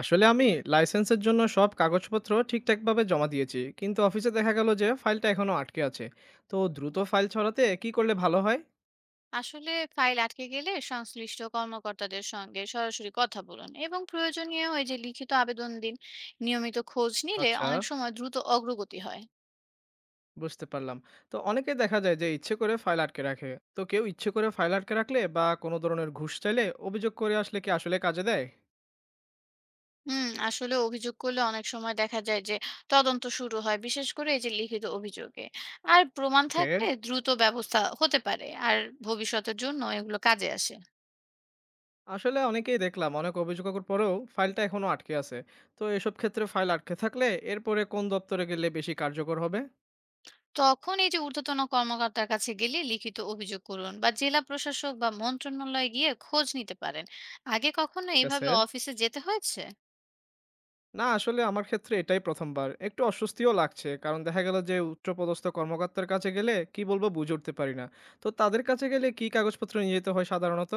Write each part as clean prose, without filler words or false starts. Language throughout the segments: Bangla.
আসলে আমি লাইসেন্সের জন্য সব কাগজপত্র ঠিকঠাকভাবে জমা দিয়েছি, কিন্তু অফিসে দেখা গেল যে ফাইলটা এখনো আটকে আছে। তো দ্রুত ফাইল ছড়াতে কি করলে ভালো হয়? আসলে ফাইল আটকে গেলে সংশ্লিষ্ট কর্মকর্তাদের সঙ্গে সরাসরি কথা বলুন, এবং প্রয়োজনীয় ওই যে লিখিত আবেদন দিন। নিয়মিত খোঁজ নিলে আচ্ছা। অনেক সময় দ্রুত অগ্রগতি হয়। বুঝতে পারলাম। তো অনেকে দেখা যায় যে ইচ্ছে করে ফাইল আটকে রাখে। তো কেউ ইচ্ছে করে ফাইল আটকে রাখলে বা কোনো ধরনের ঘুষ চাইলে অভিযোগ করে আসলে কি আসলে কাজে দেয়? আসলে অভিযোগ করলে অনেক সময় দেখা যায় যে তদন্ত শুরু হয়, বিশেষ করে এই যে লিখিত অভিযোগে আর প্রমাণ ওকে। থাকলে দ্রুত ব্যবস্থা হতে পারে, আর ভবিষ্যতের জন্য এগুলো কাজে আসে। আসলে অনেকেই দেখলাম অনেক অভিযোগ করার পরেও ফাইলটা এখনো আটকে আছে। তো এসব ক্ষেত্রে ফাইল আটকে থাকলে এরপরে কোন দপ্তরে গেলে বেশি কার্যকর হবে? তখন এই যে ঊর্ধ্বতন কর্মকর্তার কাছে গেলে লিখিত অভিযোগ করুন, বা জেলা প্রশাসক বা মন্ত্রণালয়ে গিয়ে খোঁজ নিতে পারেন। আগে কখনো ঠিক এইভাবে আছে। অফিসে যেতে হয়েছে? না, আসলে আমার ক্ষেত্রে এটাই ১ম বার। একটু অস্বস্তিও লাগছে। কারণ দেখা গেল যে উচ্চপদস্থ কর্মকর্তার কাছে গেলে কি বলবো বুঝে উঠতে পারি না। তো তাদের কাছে গেলে কি কাগজপত্র নিয়ে যেতে হয় সাধারণত?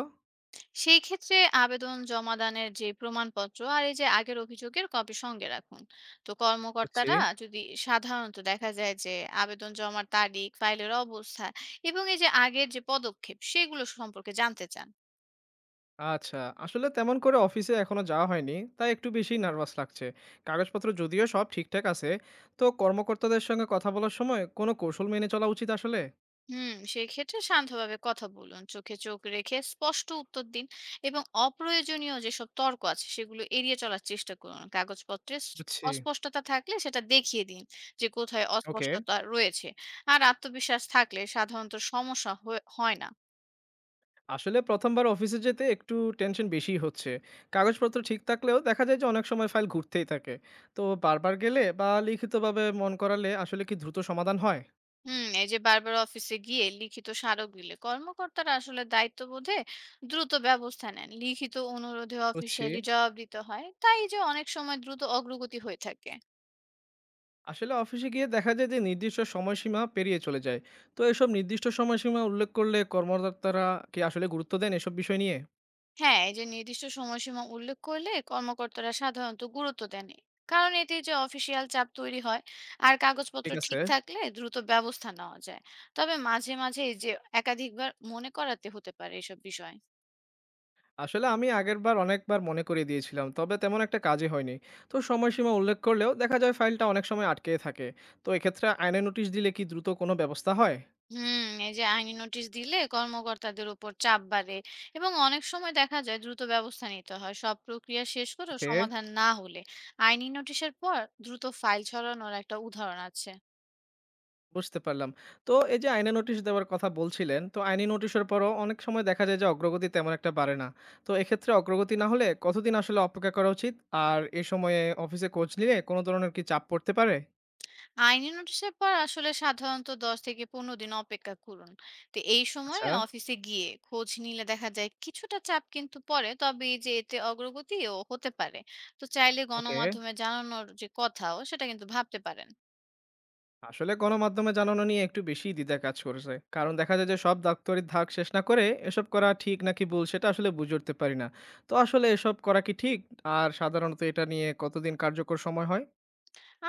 সেই ক্ষেত্রে আবেদন জমা দানের যে প্রমাণপত্র আর এই যে আগের অভিযোগের কপি সঙ্গে রাখুন। তো বুঝছি। কর্মকর্তারা যদি সাধারণত দেখা যায় যে আবেদন জমার তারিখ, ফাইলের অবস্থা, এবং এই যে আগের যে পদক্ষেপ সেগুলো সম্পর্কে জানতে চান। আচ্ছা, আসলে তেমন করে অফিসে এখনো যাওয়া হয়নি। তাই একটু বেশিই নার্ভাস লাগছে। কাগজপত্র যদিও সব ঠিকঠাক আছে। তো কর্মকর্তাদের সঙ্গে কথা বলার সময় কোন কৌশল মেনে চলা উচিত আসলে? সেক্ষেত্রে শান্তভাবে কথা বলুন, চোখে চোখ রেখে স্পষ্ট উত্তর দিন, এবং অপ্রয়োজনীয় যেসব তর্ক আছে সেগুলো এড়িয়ে চলার চেষ্টা করুন। কাগজপত্রে বুঝছি। অস্পষ্টতা থাকলে সেটা দেখিয়ে দিন যে কোথায় ওকে। অস্পষ্টতা রয়েছে। আর আত্মবিশ্বাস থাকলে সাধারণত সমস্যা হয় না। আসলে ১ম বার অফিসে যেতে একটু টেনশন বেশিই হচ্ছে। কাগজপত্র ঠিক থাকলেও দেখা যায় যে অনেক সময় ফাইল ঘুরতেই থাকে। তো বারবার গেলে বা লিখিতভাবে মন করালে আসলে কি দ্রুত সমাধান হয়? এই যে বারবার অফিসে গিয়ে লিখিত স্মারক দিলে কর্মকর্তারা আসলে দায়িত্ববোধে দ্রুত ব্যবস্থা নেন। লিখিত অনুরোধে বুঝছি। অফিসিয়ালি জবাব দিতে হয়, তাই যে অনেক সময় দ্রুত অগ্রগতি হয়ে থাকে। আসলে অফিসে গিয়ে দেখা যায় যে নির্দিষ্ট সময়সীমা পেরিয়ে চলে যায়। তো এসব নির্দিষ্ট সময়সীমা উল্লেখ করলে কর্মকর্তারা কি আসলে গুরুত্ব দেন এসব বিষয় নিয়ে? হ্যাঁ, এই যে নির্দিষ্ট সময়সীমা উল্লেখ করলে কর্মকর্তারা সাধারণত গুরুত্ব দেন, কারণ এতে যে অফিসিয়াল চাপ তৈরি হয়। আর কাগজপত্র ঠিক আছে। ঠিক থাকলে দ্রুত ব্যবস্থা নেওয়া যায়। তবে মাঝে মাঝে এই যে একাধিকবার মনে করাতে হতে পারে এসব বিষয়। আসলে আমি আগেরবার অনেকবার মনে করিয়ে দিয়েছিলাম, তবে তেমন একটা কাজই হয়নি। তো সময়সীমা উল্লেখ করলেও দেখা যায় ফাইলটা অনেক সময় আটকে থাকে। তো এক্ষেত্রে আইনে নোটিশ দিলে কি দ্রুত কোনো ব্যবস্থা হয়? এই যে আইনি নোটিশ দিলে কর্মকর্তাদের উপর চাপ বাড়ে, এবং অনেক সময় দেখা যায় দ্রুত ব্যবস্থা নিতে হয়। সব প্রক্রিয়া শেষ করে ওকে। সমাধান না হলে আইনি নোটিশের পর দ্রুত ফাইল ছড়ানোর একটা উদাহরণ আছে। বুঝতে পারলাম। তো এই যে আইনে নোটিশ দেওয়ার কথা বলছিলেন, তো আইনি নোটিশের পরও অনেক সময় দেখা যায় যে অগ্রগতি তেমন একটা বাড়ে না। তো এক্ষেত্রে অগ্রগতি না হলে কতদিন আসলে অপেক্ষা করা উচিত? আর এ সময়ে অফিসে খোঁজ নিলে কোনো ধরনের কি চাপ পড়তে পারে? আইনি নোটিশের পর আসলে সাধারণত ১০ থেকে ১৫ দিন অপেক্ষা করুন। তো এই সময়ে আচ্ছা। অফিসে গিয়ে খোঁজ নিলে দেখা যায় কিছুটা চাপ কিন্তু পড়ে। তবে এই যে এতে অগ্রগতিও হতে পারে। তো চাইলে ওকে। গণমাধ্যমে জানানোর যে কথাও সেটা কিন্তু ভাবতে পারেন। আসলে গণমাধ্যমে জানানো নিয়ে একটু বেশি দ্বিধা কাজ করেছে, কারণ দেখা যায় যে সব দাপ্তরিক ধাক শেষ না করে এসব করা ঠিক নাকি ভুল সেটা আসলে বুঝে উঠতে পারি না। তো আসলে এসব করা কি ঠিক? আর সাধারণত এটা নিয়ে কতদিন কার্যকর সময় হয়?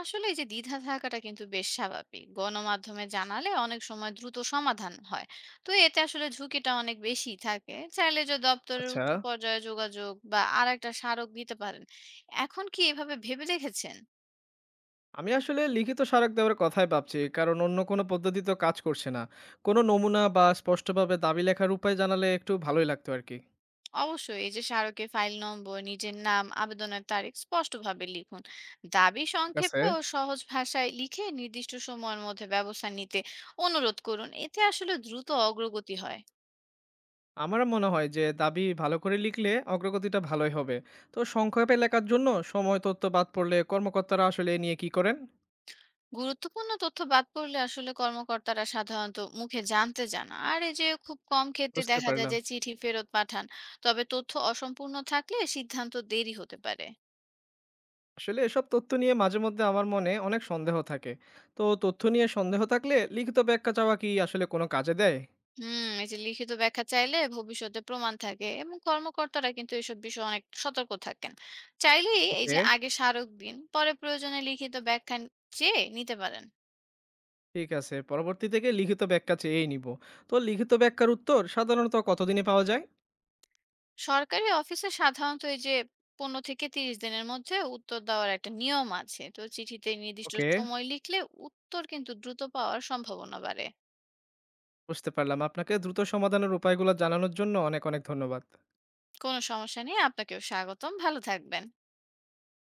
আসলে এই যে দ্বিধা থাকাটা কিন্তু বেশ স্বাভাবিক। গণমাধ্যমে জানালে অনেক সময় দ্রুত সমাধান হয়। তো এতে আসলে ঝুঁকিটা অনেক বেশি থাকে। চাইলে যে দপ্তরের আচ্ছা। উচ্চ পর্যায়ে যোগাযোগ বা আরেকটা স্মারক দিতে পারেন। এখন কি এভাবে ভেবে দেখেছেন? আমি আসলে লিখিত স্মারক দেওয়ার কথাই ভাবছি, কারণ অন্য কোনো পদ্ধতি তো কাজ করছে না। কোনো নমুনা বা স্পষ্টভাবে দাবি লেখার উপায় জানালে একটু ভালোই লাগতো আর কি। অবশ্যই। এই যে স্মারকের ফাইল নম্বর, নিজের নাম, আবেদনের তারিখ স্পষ্টভাবে লিখুন। দাবি ঠিক আছে। সংক্ষেপে ও সহজ ভাষায় লিখে নির্দিষ্ট সময়ের মধ্যে ব্যবস্থা নিতে অনুরোধ করুন, এতে আসলে দ্রুত অগ্রগতি হয়। আমারও মনে হয় যে দাবি ভালো করে লিখলে অগ্রগতিটা ভালোই হবে। তো সংক্ষেপে লেখার জন্য সময় তথ্য বাদ পড়লে কর্মকর্তারা আসলে এ নিয়ে কি করেন? গুরুত্বপূর্ণ তথ্য বাদ পড়লে আসলে কর্মকর্তারা সাধারণত মুখে জানতে চান না। আর এই যে খুব কম ক্ষেত্রে বুঝতে দেখা যায় পারলাম। যে চিঠি ফেরত পাঠান। তবে তথ্য অসম্পূর্ণ থাকলে সিদ্ধান্ত দেরি হতে পারে। আসলে এসব তথ্য নিয়ে মাঝে মধ্যে আমার মনে অনেক সন্দেহ থাকে। তো তথ্য নিয়ে সন্দেহ থাকলে লিখিত ব্যাখ্যা চাওয়া কি আসলে কোনো কাজে দেয়? এই যে লিখিত ব্যাখ্যা চাইলে ভবিষ্যতে প্রমাণ থাকে, এবং কর্মকর্তারা কিন্তু এসব বিষয়ে অনেক সতর্ক থাকেন। চাইলেই এই ওকে। যে আগে স্মারক দিন, পরে প্রয়োজনে লিখিত ব্যাখ্যা চেয়ে নিতে পারেন। ঠিক আছে, পরবর্তী থেকে লিখিত ব্যাখ্যা চেয়েই নিব। তো লিখিত ব্যাখ্যার উত্তর সাধারণত কতদিনে পাওয়া যায়? সরকারি অফিসে সাধারণত এই যে ১৫ থেকে ৩০ দিনের মধ্যে উত্তর দেওয়ার একটা নিয়ম আছে। তো চিঠিতে নির্দিষ্ট ওকে। সময় লিখলে উত্তর কিন্তু দ্রুত পাওয়ার সম্ভাবনা বাড়ে। বুঝতে পারলাম। আপনাকে দ্রুত সমাধানের উপায়গুলো জানানোর জন্য অনেক অনেক ধন্যবাদ। কোনো সমস্যা নেই, আপনাকেও স্বাগতম, ভালো থাকবেন।